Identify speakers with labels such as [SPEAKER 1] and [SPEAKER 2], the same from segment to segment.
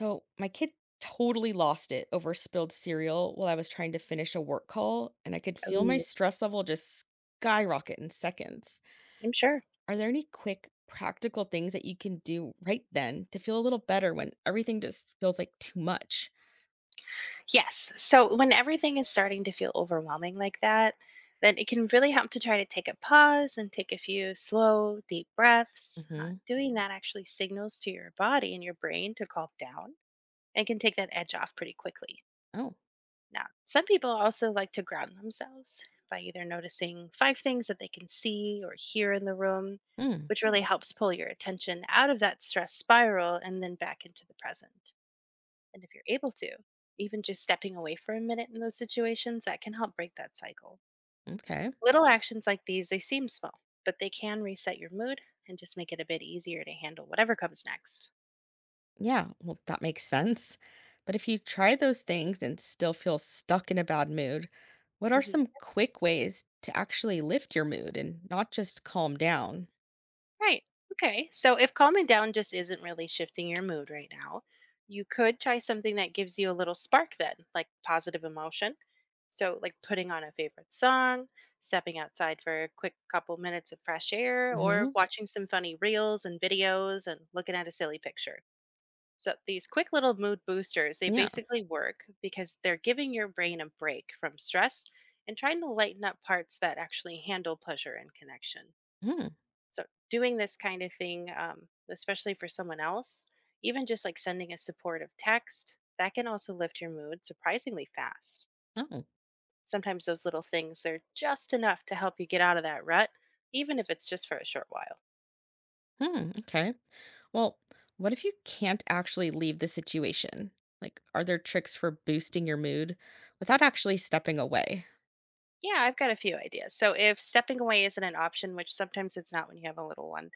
[SPEAKER 1] So my kid totally lost it over spilled cereal while I was trying to finish a work call, and I could feel my
[SPEAKER 2] Ooh,
[SPEAKER 1] stress level just skyrocket in seconds.
[SPEAKER 2] I'm sure.
[SPEAKER 1] Are there any quick, practical things that you can do right then to feel a little better when everything just feels like too much?
[SPEAKER 2] Yes. So when everything is starting to feel overwhelming like that, then it can really help to try to take a pause and take a few slow, deep breaths.
[SPEAKER 1] Hmm.
[SPEAKER 2] Doing that actually signals to your body and your brain to calm down and can take that edge off pretty quickly.
[SPEAKER 1] Oh.
[SPEAKER 2] Now, some people also like to ground themselves by either noticing five things that they can see or hear in the room,
[SPEAKER 1] Hmm.
[SPEAKER 2] which really helps pull your attention out of that stress spiral and then back into the present. And if you're able to, even just stepping away for a minute in those situations, that can help break that cycle.
[SPEAKER 1] Okay.
[SPEAKER 2] Little actions like these, they seem small, but they can reset your mood and just make it a bit easier to handle whatever comes next.
[SPEAKER 1] Yeah. Well, that makes sense. But if you try those things and still feel stuck in a bad mood, what are
[SPEAKER 2] Mhm.
[SPEAKER 1] some quick ways to actually lift your mood and not just calm down?
[SPEAKER 2] Right. Okay. So if calming down just isn't really shifting your mood right now, you could try something that gives you a little spark then, like positive emotion. So, like putting on a favorite song, stepping outside for a quick couple minutes of fresh air, or watching some funny reels and videos and looking at a silly picture. So, these quick little mood boosters, they
[SPEAKER 1] Yeah.
[SPEAKER 2] basically work because they're giving your brain a break from stress and trying to lighten up parts that actually handle pleasure and connection.
[SPEAKER 1] Hmm.
[SPEAKER 2] So doing this kind of thing, especially for someone else, even just like sending a supportive text, that can also lift your mood surprisingly fast.
[SPEAKER 1] Oh.
[SPEAKER 2] Sometimes those little things, they're just enough to help you get out of that rut, even if it's just for a short while.
[SPEAKER 1] Hmm. Okay. Well, what if you can't actually leave the situation? Like, are there tricks for boosting your mood without actually stepping away?
[SPEAKER 2] Yeah, I've got a few ideas. So if stepping away isn't an option, which sometimes it's not when you have a little one,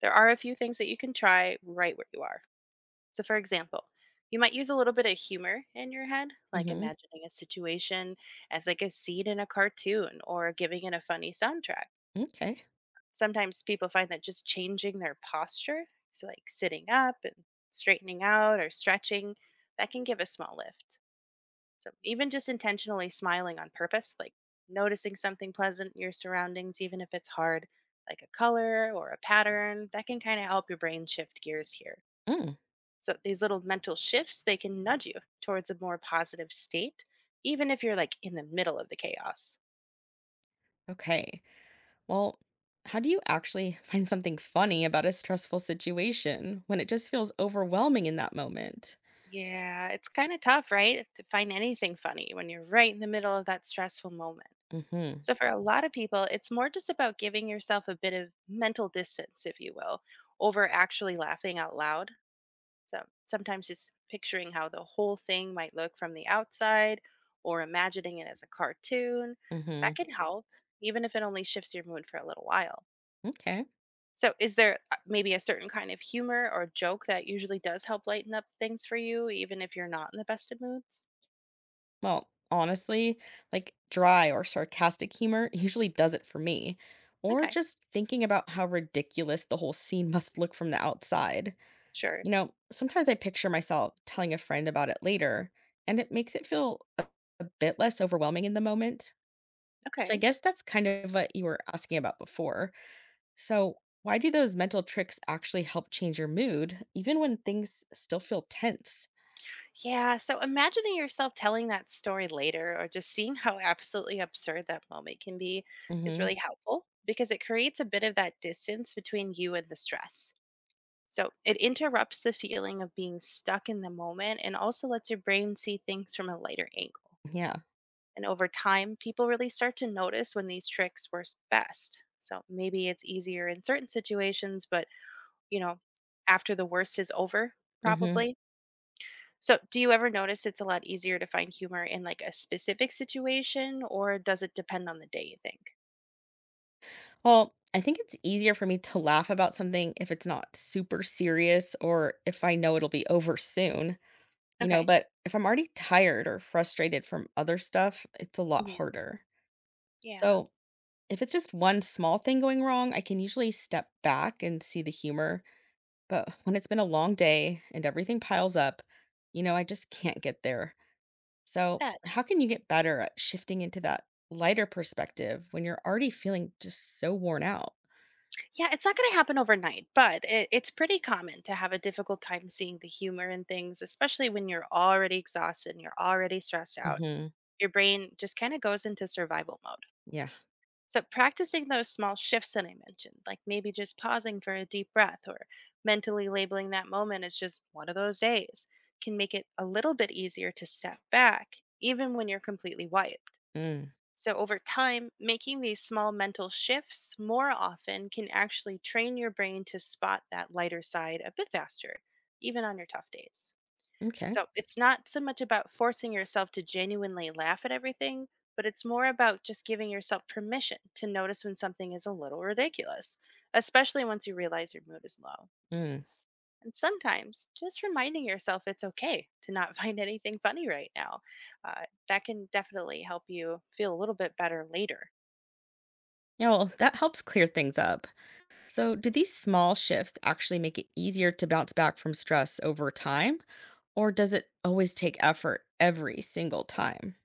[SPEAKER 2] there are a few things that you can try right where you are. So, for example, you might use a little bit of humor in your head, like
[SPEAKER 1] Hmm.
[SPEAKER 2] imagining a situation as like a scene in a cartoon or giving it a funny soundtrack.
[SPEAKER 1] Okay.
[SPEAKER 2] Sometimes people find that just changing their posture, so like sitting up and straightening out or stretching, that can give a small lift. So, even just intentionally smiling on purpose, like noticing something pleasant in your surroundings, even if it's hard, like a color or a pattern, that can kind of help your brain shift gears here.
[SPEAKER 1] Mm.
[SPEAKER 2] So these little mental shifts, they can nudge you towards a more positive state, even if you're like in the middle of the chaos.
[SPEAKER 1] Okay. Well, how do you actually find something funny about a stressful situation when it just feels overwhelming in that moment?
[SPEAKER 2] Yeah, it's kind of tough, right? To find anything funny when you're right in the middle of that stressful moment.
[SPEAKER 1] Mm-hmm.
[SPEAKER 2] So for a lot of people, it's more just about giving yourself a bit of mental distance, if you will, over actually laughing out loud. So sometimes just picturing how the whole thing might look from the outside or imagining it as a cartoon,
[SPEAKER 1] Mm-hmm.
[SPEAKER 2] that can help, even if it only shifts your mood for a little while.
[SPEAKER 1] Okay.
[SPEAKER 2] So, is there maybe a certain kind of humor or joke that usually does help lighten up things for you, even if you're not in the best of moods?
[SPEAKER 1] Well, honestly, like dry or sarcastic humor usually does it for me, or
[SPEAKER 2] Okay,
[SPEAKER 1] just thinking about how ridiculous the whole scene must look from the outside.
[SPEAKER 2] sure.
[SPEAKER 1] You know, sometimes I picture myself telling a friend about it later, and it makes it feel a bit less overwhelming in the moment. So I
[SPEAKER 2] Okay.
[SPEAKER 1] guess that's kind of what you were asking about before. So, why do those mental tricks actually help change your mood, even when things still feel tense?
[SPEAKER 2] Yeah. So, imagining yourself telling that story later or just seeing how absolutely absurd that moment can be
[SPEAKER 1] Mm
[SPEAKER 2] is
[SPEAKER 1] hmm.
[SPEAKER 2] really helpful because it creates a bit of that distance between you and the stress. So, it interrupts the feeling of being stuck in the moment and also lets your brain see things from a lighter angle.
[SPEAKER 1] Yeah.
[SPEAKER 2] And over time, people really start to notice when these tricks work best. So maybe it's easier in certain situations, but you know, after the worst is over,
[SPEAKER 1] Mm hmm.
[SPEAKER 2] probably. So, do you ever notice it's a lot easier to find humor in like a specific situation, or does it depend on the day you think?
[SPEAKER 1] Well, I think it's easier for me to laugh about something if it's not super serious or if I know it'll be over soon, you know,
[SPEAKER 2] Okay.
[SPEAKER 1] but if I'm already tired or frustrated from other stuff, it's a lot
[SPEAKER 2] Mhm.
[SPEAKER 1] harder.
[SPEAKER 2] Yeah,
[SPEAKER 1] So, if it's just one small thing going wrong, I can usually step back and see the humor. But when it's been a long day and everything piles up, you know, I just can't get there.
[SPEAKER 2] I
[SPEAKER 1] So,
[SPEAKER 2] bet.
[SPEAKER 1] how can you get better at shifting into that lighter perspective when you're already feeling just so worn out?
[SPEAKER 2] Yeah, it's not going to happen overnight, but it's pretty common to have a difficult time seeing the humor in things, especially when you're already exhausted and you're already stressed out.
[SPEAKER 1] Hmm.
[SPEAKER 2] Your brain just kind of goes into survival mode.
[SPEAKER 1] Yeah.
[SPEAKER 2] So, practicing those small shifts that I mentioned, like maybe just pausing for a deep breath or mentally labeling that moment as just one of those days, can make it a little bit easier to step back, even when you're completely wiped.
[SPEAKER 1] Mm,
[SPEAKER 2] So, over time, making these small mental shifts more often can actually train your brain to spot that lighter side a bit faster, even on your tough days.
[SPEAKER 1] okay.
[SPEAKER 2] So it's not so much about forcing yourself to genuinely laugh at everything, but it's more about just giving yourself permission to notice when something is a little ridiculous, especially once you realize your mood is low.
[SPEAKER 1] Mm.
[SPEAKER 2] And sometimes just reminding yourself it's okay to not find anything funny right now. Uh, that can definitely help you feel a little bit better later.
[SPEAKER 1] Yeah, well, that helps clear things up. So, do these small shifts actually make it easier to bounce back from stress over time, or does it always take effort every single time?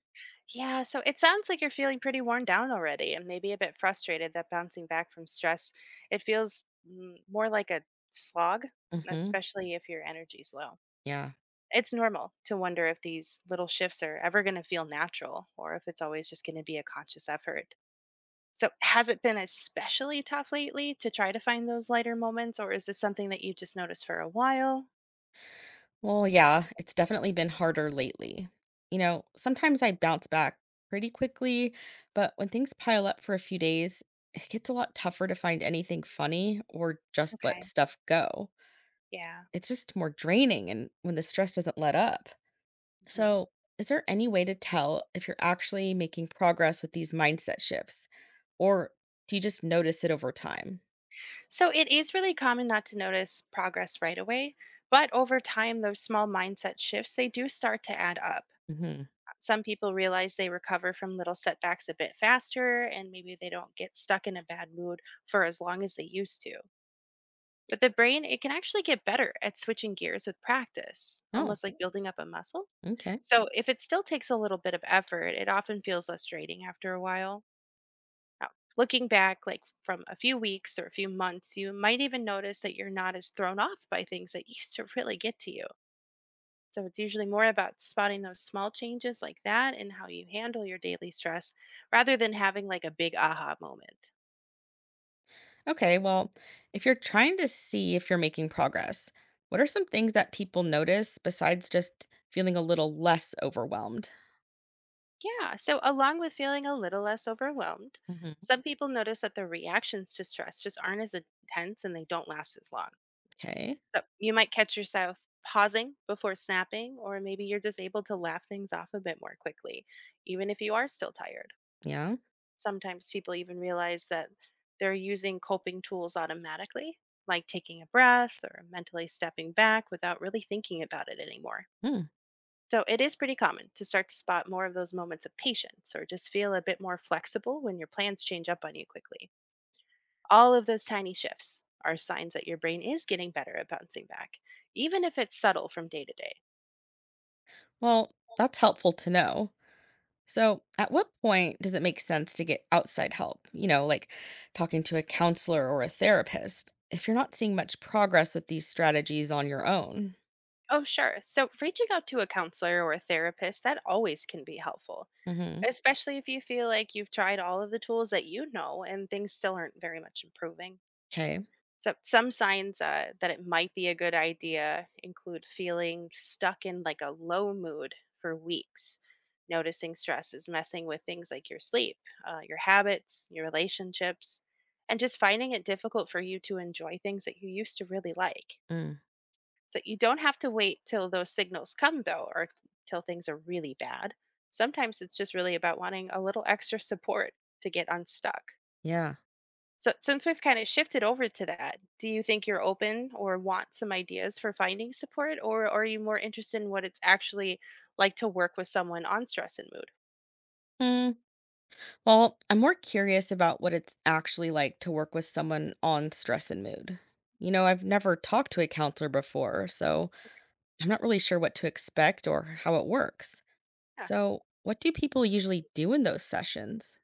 [SPEAKER 2] Yeah, so it sounds like you're feeling pretty worn down already and maybe a bit frustrated that bouncing back from stress, it feels more like a slog,
[SPEAKER 1] Hmm.
[SPEAKER 2] especially if your energy's low.
[SPEAKER 1] Yeah.
[SPEAKER 2] It's normal to wonder if these little shifts are ever going to feel natural or if it's always just going to be a conscious effort. So, has it been especially tough lately to try to find those lighter moments, or is this something that you've just noticed for a while?
[SPEAKER 1] Well, yeah, it's definitely been harder lately. You know, sometimes I bounce back pretty quickly, but when things pile up for a few days, it gets a lot tougher to find anything funny or just let
[SPEAKER 2] Okay.
[SPEAKER 1] stuff go.
[SPEAKER 2] Yeah.
[SPEAKER 1] It's just more draining, and when the stress doesn't let up.
[SPEAKER 2] Mhm.
[SPEAKER 1] So, is there any way to tell if you're actually making progress with these mindset shifts, or do you just notice it over time?
[SPEAKER 2] So it is really common not to notice progress right away, but over time those small mindset shifts they do start to add up.
[SPEAKER 1] Hmm.
[SPEAKER 2] Some people realize they recover from little setbacks a bit faster and maybe they don't get stuck in a bad mood for as long as they used to. But the brain it can actually get better at switching gears with practice,
[SPEAKER 1] Oh,
[SPEAKER 2] almost like building up a muscle.
[SPEAKER 1] okay.
[SPEAKER 2] So if it still takes a little bit of effort, it often feels less draining after a while. Now, looking back, like from a few weeks or a few months, you might even notice that you're not as thrown off by things that used to really get to you. So it's usually more about spotting those small changes like that and how you handle your daily stress rather than having like a big aha moment.
[SPEAKER 1] Okay. Well, if you're trying to see if you're making progress, what are some things that people notice besides just feeling a little less overwhelmed?
[SPEAKER 2] Yeah. So, along with feeling a little less overwhelmed,
[SPEAKER 1] Hmm.
[SPEAKER 2] some people notice that their reactions to stress just aren't as intense and they don't last as long.
[SPEAKER 1] Okay.
[SPEAKER 2] So, you might catch yourself pausing before snapping, or maybe you're just able to laugh things off a bit more quickly, even if you are still tired.
[SPEAKER 1] Yeah.
[SPEAKER 2] Sometimes people even realize that they're using coping tools automatically, like taking a breath or mentally stepping back without really thinking about it anymore.
[SPEAKER 1] Hmm.
[SPEAKER 2] So, it is pretty common to start to spot more of those moments of patience or just feel a bit more flexible when your plans change up on you quickly. All of those tiny shifts are signs that your brain is getting better at bouncing back, even if it's subtle from day to day.
[SPEAKER 1] Well, that's helpful to know. So, at what point does it make sense to get outside help? You know, like talking to a counselor or a therapist if you're not seeing much progress with these strategies on your own.
[SPEAKER 2] Oh, sure. So, reaching out to a counselor or a therapist, that always can be helpful,
[SPEAKER 1] Hmm.
[SPEAKER 2] especially if you feel like you've tried all of the tools that you know and things still aren't very much improving.
[SPEAKER 1] Okay.
[SPEAKER 2] So some signs that it might be a good idea include feeling stuck in like a low mood for weeks, noticing stress is messing with things like your sleep, your habits, your relationships, and just finding it difficult for you to enjoy things that you used to really like.
[SPEAKER 1] Mm,
[SPEAKER 2] So you don't have to wait till those signals come though, or till things are really bad. Sometimes it's just really about wanting a little extra support to get unstuck.
[SPEAKER 1] yeah.
[SPEAKER 2] So since we've kind of shifted over to that, do you think you're open or want some ideas for finding support, or are you more interested in what it's actually like to work with someone on stress and mood?
[SPEAKER 1] Hmm. Well, I'm more curious about what it's actually like to work with someone on stress and mood. You know, I've never talked to a counselor before, so I'm not really sure what to expect or how it works.
[SPEAKER 2] Yeah.
[SPEAKER 1] So, what do people usually do in those sessions?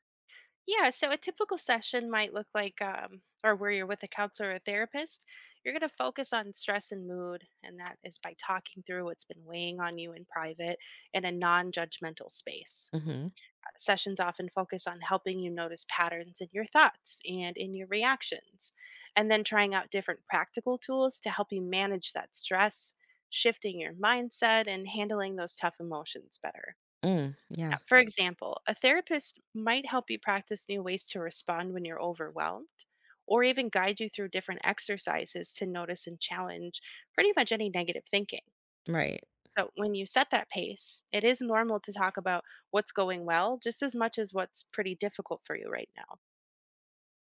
[SPEAKER 2] Yeah. So a typical session might look like, or where you're with a counselor or therapist, you're going to focus on stress and mood. And that is by talking through what's been weighing on you in private in a non judgmental space.
[SPEAKER 1] Hmm.
[SPEAKER 2] Sessions often focus on helping you notice patterns in your thoughts and in your reactions, and then trying out different practical tools to help you manage that stress, shifting your mindset, and handling those tough emotions better.
[SPEAKER 1] Mm, yeah,
[SPEAKER 2] For example, a therapist might help you practice new ways to respond when you're overwhelmed, or even guide you through different exercises to notice and challenge pretty much any negative thinking.
[SPEAKER 1] right.
[SPEAKER 2] So when you set that pace, it is normal to talk about what's going well just as much as what's pretty difficult for you right now.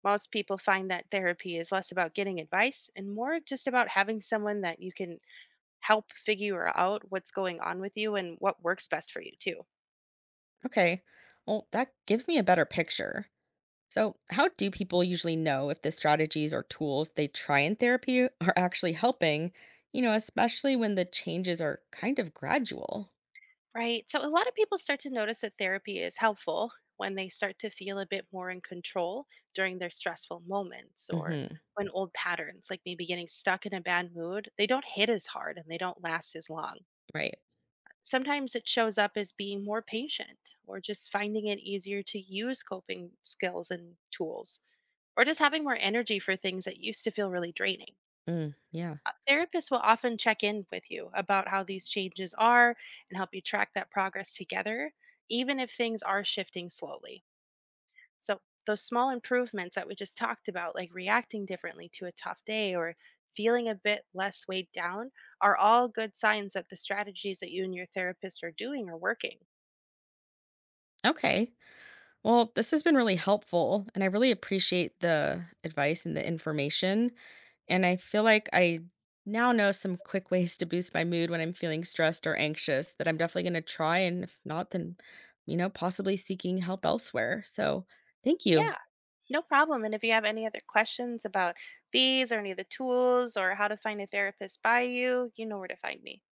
[SPEAKER 2] Most people find that therapy is less about getting advice and more just about having someone that you can help figure out what's going on with you and what works best for you, too.
[SPEAKER 1] Okay. Well, that gives me a better picture. So, how do people usually know if the strategies or tools they try in therapy are actually helping, you know, especially when the changes are kind of gradual?
[SPEAKER 2] Right. So a lot of people start to notice that therapy is helpful when they start to feel a bit more in control during their stressful moments or
[SPEAKER 1] Mhm.
[SPEAKER 2] when old patterns, like maybe getting stuck in a bad mood, they don't hit as hard and they don't last as long.
[SPEAKER 1] Right.
[SPEAKER 2] Sometimes it shows up as being more patient or just finding it easier to use coping skills and tools or just having more energy for things that used to feel really draining.
[SPEAKER 1] Mm, yeah.
[SPEAKER 2] Therapists will often check in with you about how these changes are and help you track that progress together, even if things are shifting slowly. So, those small improvements that we just talked about, like reacting differently to a tough day or feeling a bit less weighed down, are all good signs that the strategies that you and your therapist are doing are working.
[SPEAKER 1] Okay. Well, this has been really helpful and I really appreciate the advice and the information. And I feel like I now know some quick ways to boost my mood when I'm feeling stressed or anxious that I'm definitely going to try. And if not, then, you know, possibly seeking help elsewhere. So thank you.
[SPEAKER 2] Yeah, no problem. And if you have any other questions about these or any of the tools or how to find a therapist by you, you know where to find me.